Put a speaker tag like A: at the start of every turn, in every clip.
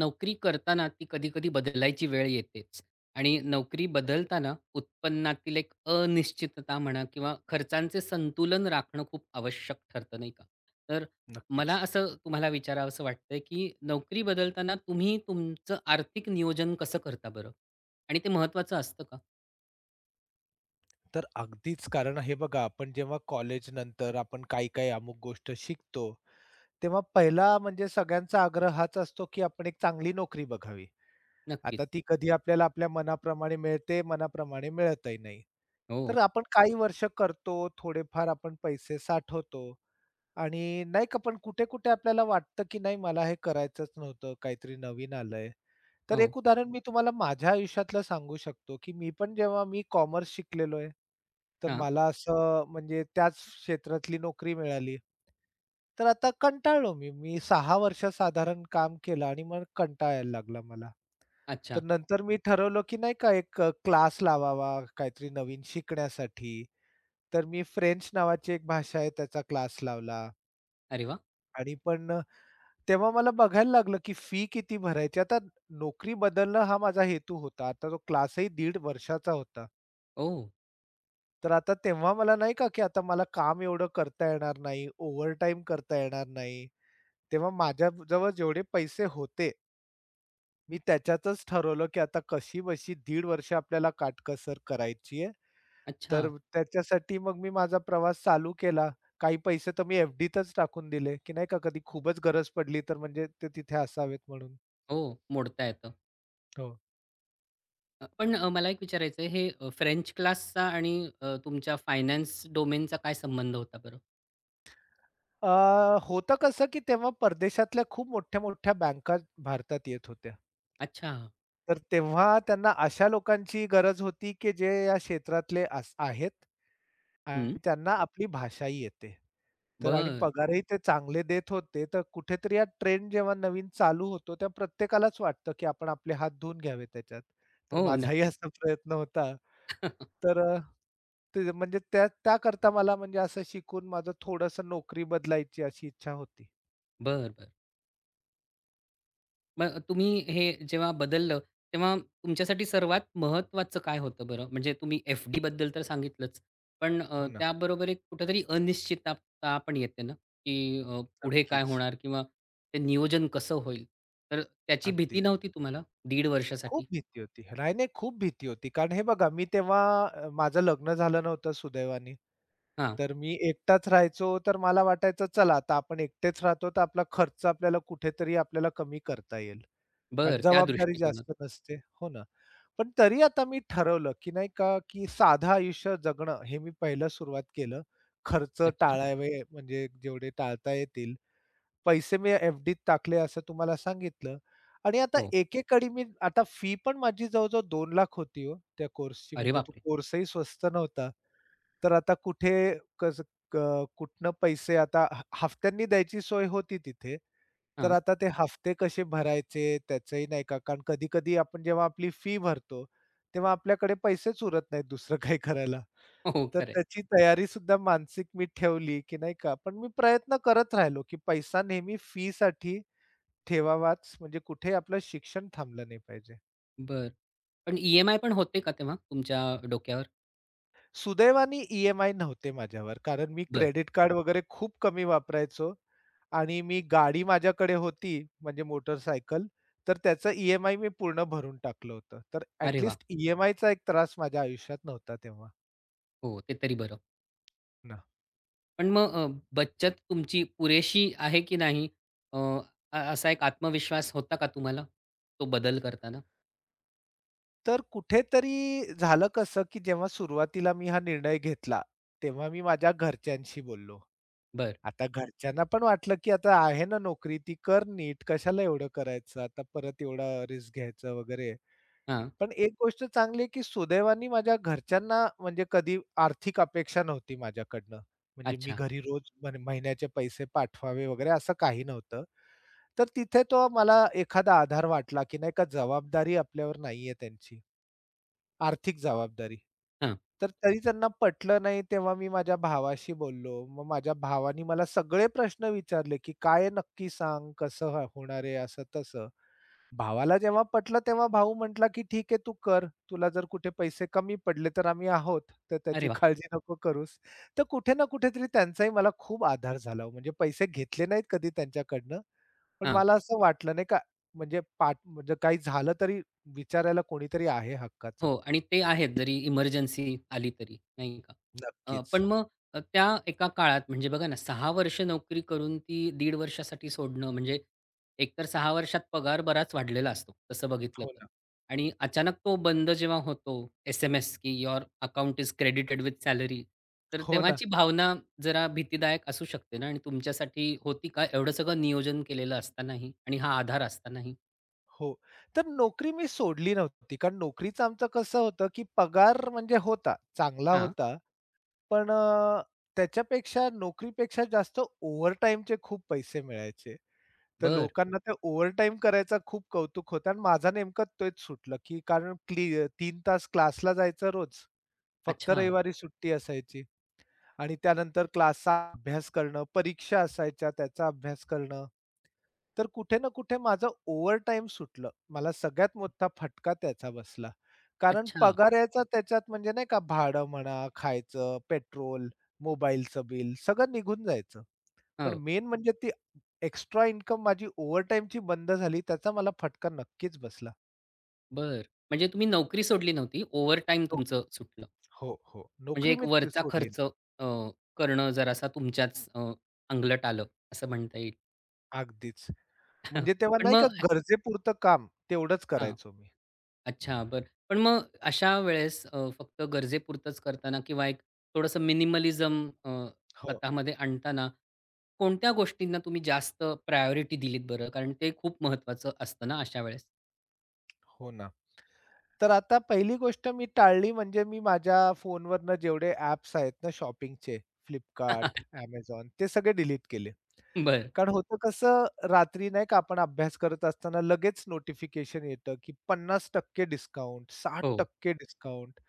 A: नोकरी करताना ती कधी-कधी बदलायची वेळ येतेच आणि नोकरी बदलताना उत्पन्नातील एक अनिश्चितता म्हणा किंवा खर्चांचे संतुलन राखणं खूप आवश्यक ठरतं, नाही का? तर मला
B: नक्कीच.
A: असं तुम्हाला विचारावसं वाटतंय, की नोकरी बदलताना तुम्ही तुमचं आर्थिक नियोजन कसं करता बरं? आणि ते महत्त्वाचं असतं का?
B: तर अगदीच कारण हे बघा आपण जेव्हा कॉलेज नंतर आपण काही-काही अमुक गोष्ट शिकतो, तेव्हा पहिला म्हणजे सगळ्यांचा आग्रह हाच असतो, की आपण एक चांगली नोकरी बघावी. आता
A: नक्कीच.
B: ती कधी आपल्याला आपल्या मनाप्रमाणे मिळते, मनाप्रमाणे मिळतही नाही. तर
A: हो,
B: आपण काही वर्ष करतो, थोडेफार आपण पैसे साठवतो. आणि नाही का पण कुठे-कुठे आपल्याला वाटतं, की नाही मला हे करायचंच नव्हतं, काहीतरी नवीन आलंय. तर
A: हो.
B: एक उदाहरण मी तुम्हाला माझ्या आयुष्यातलं सांगू शकतो, की मी पण जेव्हा मी कॉमर्स शिकलेलो आहे, तर
A: हां.
B: मला असं म्हणजे त्याच क्षेत्रातली नोकरी मिळाली. तर आता कंटाळलो मी. मी 6 वर्ष साधारण काम केलं आणि मग कंटाळा यायला लागला मला.
A: अच्छा.
B: तर नंतर मी ठरवलं, की नाही का एक क्लास लावावा काहीतरी नवीन शिकण्यासाठी. तर मी फ्रेंच नावाची एक भाषा आहे त्याचा क्लास लावला.
A: अरे वाह!
B: आणि पण तेव्हा मला बघायला लागलं, की फी किती भरायची. आता नोकरी बदलणं हा माझा हेतू होता. आता तो क्लासही दीड वर्षाचा होता.
A: ओह!
B: तर आता तेव्हा मला नाही का, की आता मला काम एवढं करता येणार नाही, ओव्हरटाईम करता येणार नाही. तेव्हा माझ्या जवळ जेवढे पैसे होते, मी त्याच्यातच ठरवलं, की आता कशीबशी दीड वर्ष आपल्याला काटकसर करायची आहे.
A: अच्छा.
B: तर त्याच्यासाठी मग मी माझा प्रवास चालू केला. काही पैसे तर मी एफ टाकून दिले, की नाही का, कधी खूपच गरज पडली तर म्हणजे ते तिथे असावेत म्हणून.
A: हो, मोडता येतं.
B: हो.
A: पण मला एक विचारायचं आहे, हे फ्रेंच क्लासचा आणि तुमच्या फायनान्स डोमेनचा काय संबंध होता बरं?
B: अ, होतं कसं, की तेव्हा परदेशातल्या खूप मोठ्या-मोठ्या बँका भारतात येत होत्या.
A: अच्छा.
B: तर तेव्हा त्यांना अशा लोकांची गरज होती, की जे या क्षेत्रातले अस आहेत
A: हं.
B: आणि त्यांना आपली भाषाही येते. तर आणि
A: बरं.
B: पगारही ते चांगले देत होते. तर कुठेतरी हा ट्रेंड जेव्हा नवीन चालू होतो, तेव्हा प्रत्येकालाच वाटतं, की आपण आपले हात धुवून घ्यावे त्याच्यात. तर
A: हो,
B: माझाही
A: नक्कीच.
B: असा प्रयत्न होता. तर ते म्हणजे त्या त्याकरता मला म्हणजे असं शिकून माझं थोडंसं नोकरी बदलायची अशी इच्छा होती.
A: बरं, बरं. मग तुम्ही हे जेव्हा बदललं, तेव्हा तुमच्यासाठी सर्वात महत्त्वाचं काय होतं बरं? म्हणजे तुम्ही एफ-डी बद्दल तर सांगितलंच, पण
B: हो ना.
A: त्याबरोबर एक कुठेतरी अनिश्चितता पण येते ना, की पुढे काय
B: नक्कीच.
A: होणार किंवा ते नियोजन कसं होईल? तर त्याची भीती
B: अगदीच.
A: नव्हती तुम्हाला? दीड
B: खूप
A: वर्षासाठी?
B: भीती होती. नाही, नाही खूप भीती होती. कारण हे बघा मी तेव्हा माझं लग्न झालं नव्हतं सुदैवाने.
A: हां.
B: तर मी एकटाच राहायचो तर मला वाटायचं चला आता आपण एकटेच राहतो तर आपला खर्च आपल्याला कुठेतरी कमी करता येईल. कारण
A: बरं, त्या
B: जबाबदारी
A: दृष्टिकोनात.
B: जास्त नसते. हो ना. पण तरी आता मी ठरवलं, की नाही का, की साधं आयुष्य जगणं हे मी पहिलं सुरुवात केलं. खर्च
A: अच्छा.
B: टाळावे म्हणजे जेवढे टाळता येतील. पैसे मी एफ-डीत टाकले असं तुम्हाला सांगितलं आणि आता
A: हो.
B: एकेकाळी मी आता फी पण माझी जवळ-जवळ 2 लाख होती हो, त्या कोर्सची
A: अरे
B: म्हणजे तो
A: बापरे!
B: कोर्सही स्वस्त नव्हता. तर आता कुठे कसं कुठनं पैसे आता हफ्त्यांनी द्यायची सोय होती तिथे. तर
A: हां.
B: आता ते हफ्ते कसे भरायचे त्याचंही नाही का, कारण कधी-कधी आपण जेव्हा आपली फी भरतो, तेव्हा आपल्याकडे पैसेच उरत नाहीत दुसरं काही करायला.
A: हो, हो.
B: तर
A: खरं आहे.
B: त्याची तयारीसुद्धा मानसिक मी ठेवली, की नाही का. पण मी प्रयत्न करत राहिलो, की पैसा नेहमी फीसाठी ठेवावाच, म्हणजे कुठे आपलं शिक्षण थांबलं नाही पाहिजे.
A: बरं. पण ई-एम-आय पण होते का तेव्हा तुमच्या डोक्यावर?
B: सुदैवाने ई-एम-आय नव्हते माझ्यावर, कारण मी
A: बरं.
B: क्रेडिट कार्ड वगैरे खूप कमी वापरायचो. आणि मी गाडी माझ्याकडे होती, म्हणजे मोटरसायकल, तर त्याचं मी पूर्ण भरून टाकलं होतं. तर
A: अरे
B: ॲट
A: वाह!
B: लिस्ट एक त्रास माझ्या आयुष्यात नव्हता तेव्हा
A: हो, ते तरी बरं.
B: ना.
A: पण मग बचत तुमची पुरेशी आहे की नाही? अ, असा एक आत्मविश्वास होता का तुम्हाला, तो बदल करताना?
B: तर कुठेतरी झालं कसं, की जेव्हा सुरुवातीला मी हा निर्णय घेतला, तेव्हा मी माझ्या घरच्यांशी बोललो.
A: बरं.
B: आता घरच्यांना पण वाटलं, की आता आहे ना नोकरी, ती कर नीट, कशाला एवढं करायचं, आता परत एवढा रिस्क घ्यायचं वगैरे.
A: हां.
B: पण एक गोष्ट चांगली आहे, की सुदैवाने माझ्या घरच्यांना म्हणजे कधी आर्थिक अपेक्षा नव्हती माझ्याकडनं. म्हणजे मी
A: अच्छा.
B: घरी रोज महिन्याचे पैसे पाठवावे वगैरे असं काही नव्हतं. तर तिथे तो मला एखादा आधार वाटला, की नाही का जबाबदारी आपल्यावर नाहीये त्यांची, आर्थिक जबाबदारी.
A: हां.
B: तर तरी त्यांना पटलं नाही तेव्हा मी माझ्या भावाशी बोललो. मग माझ्या भावाने मला सगळे प्रश्न विचारले, की "काय आहे नक्की सांग? कसं होणार आहे?" असं-तसं. भावाला जेव्हा पटलं तेव्हा भाऊ म्हटला, की "ठीक आहे तू कर. तुला जर कुठे पैसे कमी पडले तर आम्ही आहोत, तर
A: अरे
B: त्याची
A: वाह!
B: काळजी नको करूस." तर कुठे ना कुठेतरी त्यांचाही मला खूप आधार झाला हो. म्हणजे पैसे घेतले नाहीत कधी त्यांच्याकडनं, पण
A: हां.
B: मला असं वाटलं नाही का म्हणजे म्हणजे काही झालं तरी विचारायला कोणीतरी आहे हक्काचं.
A: हो आणि ते आहेत जरी इमर्जन्सी आली तरी, नाही का?
B: नक्कीच.
A: पण मग त्या एका काळात म्हणजे बघा ना 6 वर्ष नोकरी करून ती दीड वर्षासाठी सोडणं म्हणजे एकतर 6 वर्षात पगार बराच वाढलेला असतो तसं बघितलं
B: हो
A: तर.
B: ना.
A: आणि अचानक तो बंद जेव्हा होतो एस-एम-एस की your account is credited with salary तर
B: हो ना.
A: तेव्हाची भावना जरा भीतीदायक असू शकते ना आणि तुमच्यासाठी होती का? एवढं सगळं नियोजन केलेलं असतानाही आणि हा आधार असतानाही?
B: हो. तर नोकरी मी सोडली नव्हती. कारण नोकरीचं आमचं कसं होतं, की पगार म्हणजे होता, चांगला
A: हां.
B: होता. पण त्याच्यापेक्षा नोकरीपेक्षा जास्त ओव्हरटाईमचे खूप पैसे मिळायचे. तर
A: बरं.
B: लोकांना ते ओव्हरटाईम करायचा खूप कौतुक होतं आणि माझा नेमकं तेच सुटलं, की कारण 3 तास क्लासला जायचं रोज. फक्त
A: अच्छा.
B: रविवारी सुट्टी असायची आणि त्यानंतर क्लासचा अभ्यास करणं, परीक्षा असायच्या त्याचा अभ्यास करणं. तर कुठे ना कुठे माझं ओव्हरटाईम सुटलं. मला सगळ्यात मोठा फटका त्याचा बसला. कारण
A: अच्छा.
B: पगार यायचा त्याच्यात म्हणजे नाही का भाडं म्हणा, खायचं, पेट्रोल, मोबाईलचं बिल सगळं निघून जायचं. पण
A: हो.
B: मेन म्हणजे ती एक्स्ट्रा इन्कम माझी ओव्हरटाईमची बंद झाली त्याचा मला फटका नक्कीच बसला.
A: बरं. म्हणजे तुम्ही नोकरी सोडली नव्हती. ओव्हरटाईम तुमचं
B: नोक-
A: सुटलं.
B: हो, हो.
A: म्हणजे
B: नोकरी
A: एक
B: मी ती
A: वरचा
B: सोडली
A: खर्च
B: नाही.
A: करणं जरासा तुमच्याच अंगलट आलं, असं म्हणता येईल.
B: अगदीच. म्हणजे तेव्हा
A: पण
B: नाही का
A: मग
B: गरजेपुरतं काम तेवढंच
A: हां.
B: करायचो मी.
A: अच्छा, बरं. पण मग अशा वेळेस फक्त गरजेपुरतंच करताना किंवा एक थोडंसं मिनिमलिझम
B: हो,
A: स्वतःमध्ये आणताना, कोणत्या गोष्टींना तुम्ही जास्त प्रायोरिटी दिलीत बरं? कारण ते खूप महत्त्वाचं असतं ना अशा वेळेस.
B: हो ना. तर आता पहिली गोष्ट मी टाळली म्हणजे मी माझ्या फोनवरनं जेवढे ॲप्स आहेत ना शॉपिंगचे Flipkart, Amazon ते सगळे डिलीट केले.
A: बरं.
B: कारण होतं कसं रात्री नाही का आपण अभ्यास करत असताना लगेच नोटिफिकेशन येतं, की 50% डिस्काउंट,
A: हो.
B: 60% डिस्काउंट.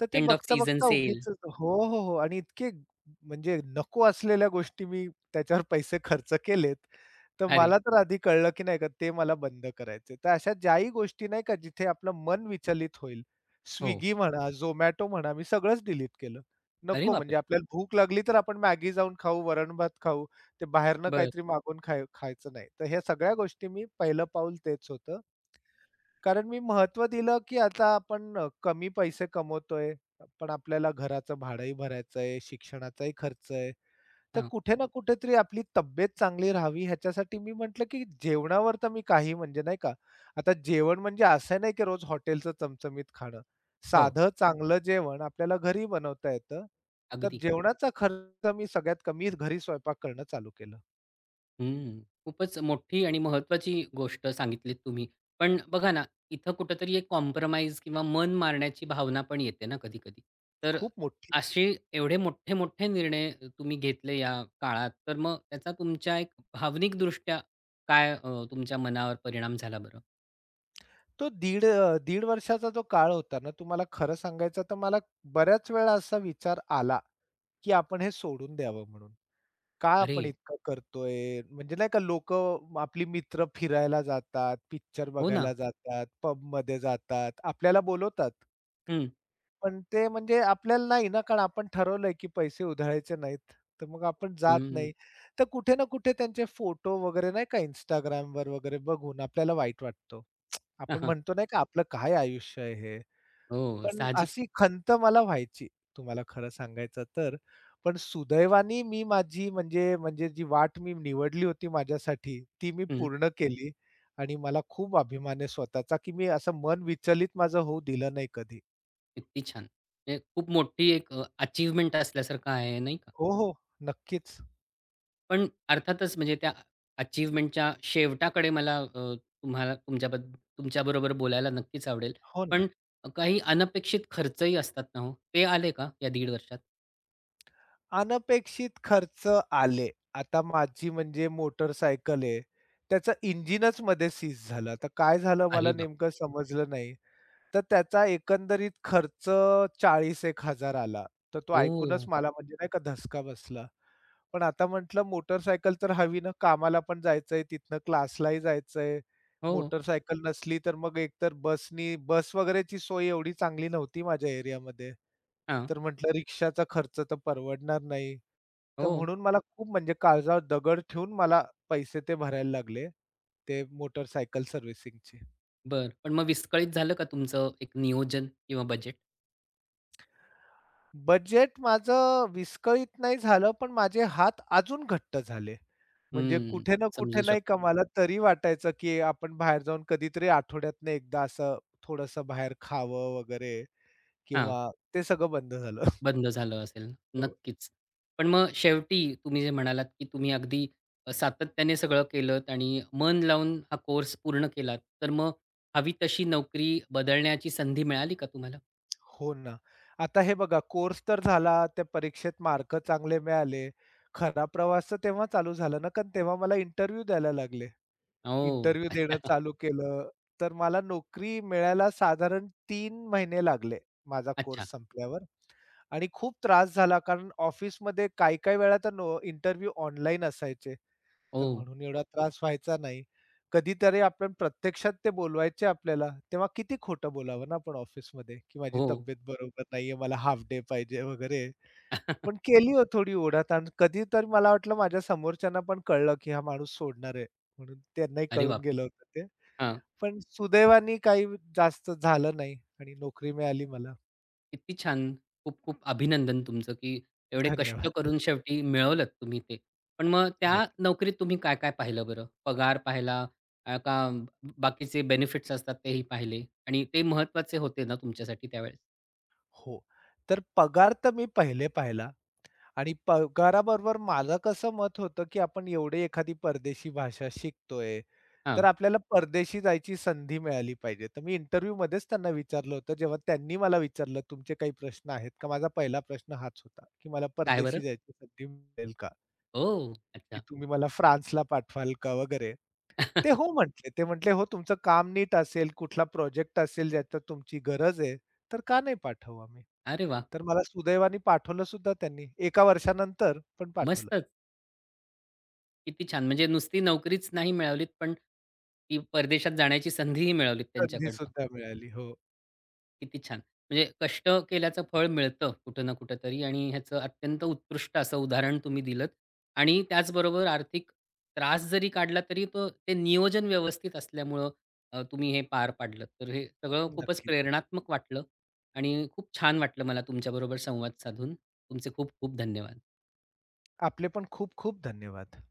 B: तर ते
A: एंड ऑफ सीझन
B: बघता-बघता
A: सेल.
B: उगीचच हो, हो, हो आणि इतके म्हणजे नको असलेल्या गोष्टी मी त्याच्यावर पैसे खर्च केलेत. तर
A: अरे!
B: मला तर आधी कळलं, की नाही का ते मला बंद करायचे. तर अशा ज्याही गोष्टी नाही का जिथे आपलं मन विचलित होईल.
A: हो.
B: स्विगी म्हणा, Zomato म्हणा मी सगळंच डिलीट केलं.
A: अरे
B: नको म्हणजे
A: बापरे!
B: आपल्याला भूक लागली तर आपण मॅगी जाऊन खाऊ, वरण-भात खाऊ. ते बाहेरनं
A: बरं.
B: काहीतरी मागून खायचं नाही. तर ह्या सगळ्या गोष्टी मी पहिलं पाऊल तेच होतं. कारण मी महत्व दिलं, की आता आपण कमी पैसे कमवतोय, पण आपल्याला घराचं भाडंही भरायचं आहे, शिक्षणाचाही खर्च आहे. तर
A: हां.
B: कुठे ना कुठेतरी आपली तब्येत चांगली राहावी ह्याच्यासाठी मी म्हटलं, की जेवणावर तर मी काही म्हणजे नाही का, आता जेवण म्हणजे असं नाही, की रोज हॉटेलचं चमचमीत खाणं.
A: हो.
B: साधं चांगलं जेवण आपल्याला घरी बनवता येतं. तर
A: अगदी.
B: जेवणाचा खर्च मी सगळ्यात कमी घरी स्वयंपाक करणं चालू केलं.
A: हं. खूपच मोठी आणि महत्वाची गोष्ट सांगितलीत तुम्ही. पण बघा ना, इथं कुठेतरी एक कॉम्प्रोमाईज किंवा मन मारण्याची भावना पण येते ना कधी-कधी. तर
B: खूप मोठी
A: असे एवढे मोठे-मोठे निर्णय तुम्ही घेतले या काळात, तर मग त्याचा तुमच्या एक भावनिकदृष्ट्या काय तुमच्या मनावर परिणाम झाला बरं?
B: तो दीड वर्षाचा जो काळ होता ना, तुम्हाला खरं सांगायचं तर मला बऱ्याच वेळा असा विचार आला, की आपण हे सोडून द्यावं म्हणून. का आपण
A: अरे!
B: इतकं करतोय? म्हणजे नाही का लोक आपली मित्र फिरायला जातात, पिक्चर
A: हो ना.
B: बघायला जातात, पबमध्ये जातात, आपल्याला बोलवतात.
A: हं,
B: पण ते म्हणजे आपल्याला नाही ना, कारण आपण ठरवलंय की पैसे उधळायचे नाहीत, तर मग आपण जात
A: हं.
B: नाही. तर कुठे ना कुठे त्यांचे फोटो वगैरे नाही का Instagramवर वगैरे बघून आपल्याला वाईट वाटतं. आपण
A: हां,
B: म्हणतो नाही का आपलं काय आयुष्य आहे हे?
A: हो,
B: पण
A: साहजिक.
B: अशी खंत मला व्हायची तुम्हाला खरं सांगायचं तर. पण सुदैवाने मी माझी म्हणजे म्हणजे जी वाट मी निवडली होती माझ्यासाठी ती मी
A: हं.
B: पूर्ण केली आणि मला खूप अभिमान आहे स्वतःचा, की मी असं मन विचलित माझं होऊ दिलं नाही कधी.
A: किती छान. म्हणजे खूप मोठी एक असल्यासारखं आहे, नाही
B: हो, हो. नक्कीच.
A: पण अर्थातच म्हणजे त्या अचीव्हमेंटच्या शेवटाकडे मला तुम्हाला तुमच्याबरोबर बोलायला नक्कीच आवडेल.
B: हो ना.
A: पण काही अनपेक्षित खर्चही असतात ना हो, ते आले का या दीड वर्षात?
B: अनपेक्षित खर्च आले. आता माझी म्हणजे मोटरसायकल आहे. त्याचं इंजिनच मध्ये सीज झालं. आता काय झालं मला
A: अरे बाप!
B: नेमकं समजलं नाही. तर त्याचा एकंदरीत खर्च 40,000-1,000 आला. तर तो ऐकूनच
A: ओ
B: मला म्हणजे नाही का धसका बसला. पण आता म्हटलं मोटारसायकल तर हवी ना, कामाला पण जायचंय, तिथनं क्लासलाही जायचंय.
A: हो.
B: मोटारसायकल नसली तर मग एकतर बस वगैरेची सोय एवढी चांगली नव्हती माझ्या एरियामध्ये.
A: हां.
B: तर म्हटलं रिक्षाचा खर्च तर परवडणार नाही. तर
A: हो.
B: म्हणून मला खूप म्हणजे काळजावर दगड ठेवून मला पैसे ते भरायला लागले, ते मोटारसायकल सर्व्हिसिंगचे.
A: बर पण मग विस्कळीत झालं का तुमचं एक नियोजन किंवा बजेट?
B: बजेट माझं विस्कळीत नाही झालं, पण माझे हात अजून घट्ट झाले. म्हणजे
A: हं.
B: कुठे ना कुठे
A: समजू
B: नाही
A: शकतो.
B: का मला तरी वाटायचं, की आपण बाहेर जाऊन कधीतरी आठवड्यातनं एकदा असं थोडंसं बाहेर खावं वगैरे किंवा ते सगळं बंद झालं.
A: बंद झालं असेल.
B: हो.
A: नक्कीच. पण मग शेवटी तुम्ही जे म्हणालात, की तुम्ही अगदी सातत्याने सगळं केलत आणि मन लावून हा कोर्स पूर्ण केलात. तर मग हवी तशी नोकरी बदलण्याची संधी मिळाली का तुम्हाला?
B: हो ना. आता हे बघा कोर्स तर झाला, त्या परीक्षेत मार्क चांगले मिळाले. खरा प्रवास तर तेव्हा चालू झाला ना, कारण तेव्हा मला इंटरव्ह्यू द्यायला लागले.
A: ओ
B: इंटरव्ह्यू देणं चालू केलं, तर मला नोकरी मिळायला साधारण 3 महिने लागले माझा
A: अच्छा.
B: कोर्स संपल्यावर आणि खूप त्रास झाला कारण ऑफिसमध्ये काही-काही वेळा तर नो इंटरव्ह्यू ऑनलाईन असायचे,
A: ओ
B: तर म्हणून एवढा त्रास व्हायचा नाही. कधीतरी आपण प्रत्यक्षात ते बोलवायचे आपल्याला, तेव्हा किती खोटं बोलावं ना आपण ऑफिसमध्ये, की माझी
A: हो.
B: तब्येत बरोबर नाहीये, मला हाल्फ डे पाहिजे वगैरे. पण केली हो थोडी ओढाताण. कधी तर मला वाटलं माझ्या समोरच्यांना पण कळलं, की हा माणूस सोडणार आहे म्हणून त्यांनाही
A: अरे
B: कळून
A: बाप!
B: गेलं होतं ते.
A: हां.
B: पण सुदैवाने काही जास्त झालं नाही आणि नोकरी मिळाली मला.
A: किती छान! खूप-खूप अभिनंदन तुमचं, की एवढे कष्ट
B: धन्यवाद.
A: करून शेवटी मिळवलत तुम्ही ते. पण मग त्या
B: नक्की.
A: नोकरीत तुम्ही काय-काय पाहिलं बरं? पगार पाहिला का बाकीचे बेनिफिट्स असतात तेही पाहिले? आणि ते महत्त्वाचे होते ना तुमच्यासाठी त्यावेळेस?
B: हो. तर पगार तर मी पहिले पाहिला. आणि पगाराबरोबर माझं कसं मत होतं, की आपण एवढी एखादी परदेशी भाषा शिकतोय, तर
A: हां.
B: आपल्याला परदेशी जायची संधी मिळाली पाहिजे. तर मी इंटरव्ह्यूमध्येच त्यांना विचारलं होतं, जेव्हा त्यांनी मला विचारलं, "तुमचे काही प्रश्न आहेत का?" माझा पहिला प्रश्न हाच होता, की "मला
A: काय
B: परदेशी
A: बरं?
B: जायची संधी मिळेल का?
A: ओह!
B: की
A: अच्छा.
B: तुम्ही मला फ्रान्सला पाठवाल का?" वगैरे. ते हो म्हटले. ते म्हटले, "हो, तुमचं काम नीट असेल, कुठला प्रोजेक्ट असेल ज्याच्यात तुमची गरज आहे, तर का नाही पाठवू आम्ही?"
A: अरे वाह!
B: तर मला सुदैवाने पाठवलं सुद्धा त्यांनी. एका वर्षानंतर पण पाठवलं.
A: मस्तच. किती छान. म्हणजे नुसती नोकरीच नाही मिळालीत, पण ती परदेशात जाण्याची संधीही मिळालीत
B: संधी
A: त्यांच्याकडनं.
B: सुद्धा मिळाली. हो,
A: किती छान! म्हणजे कष्ट केल्याचं फळ मिळतं कुठं ना कुठेतरी आणि ह्याचं अत्यंत उत्कृष्ट असं उदाहरण तुम्ही दिलंत आणि त्याचबरोबर आर्थिक त्रास जरी काढला तरी तो ते नियोजन व्यवस्थित असल्यामुळं तुम्ही हे पार पाडलं. तर हे सगळं खूपच
B: नक्कीच.
A: प्रेरणात्मक वाटलं आणि खूप छान वाटलं मला तुमच्याबरोबर संवाद साधून. तुमचे खूप खूप धन्यवाद.
B: आपले पण खूप खूप धन्यवाद.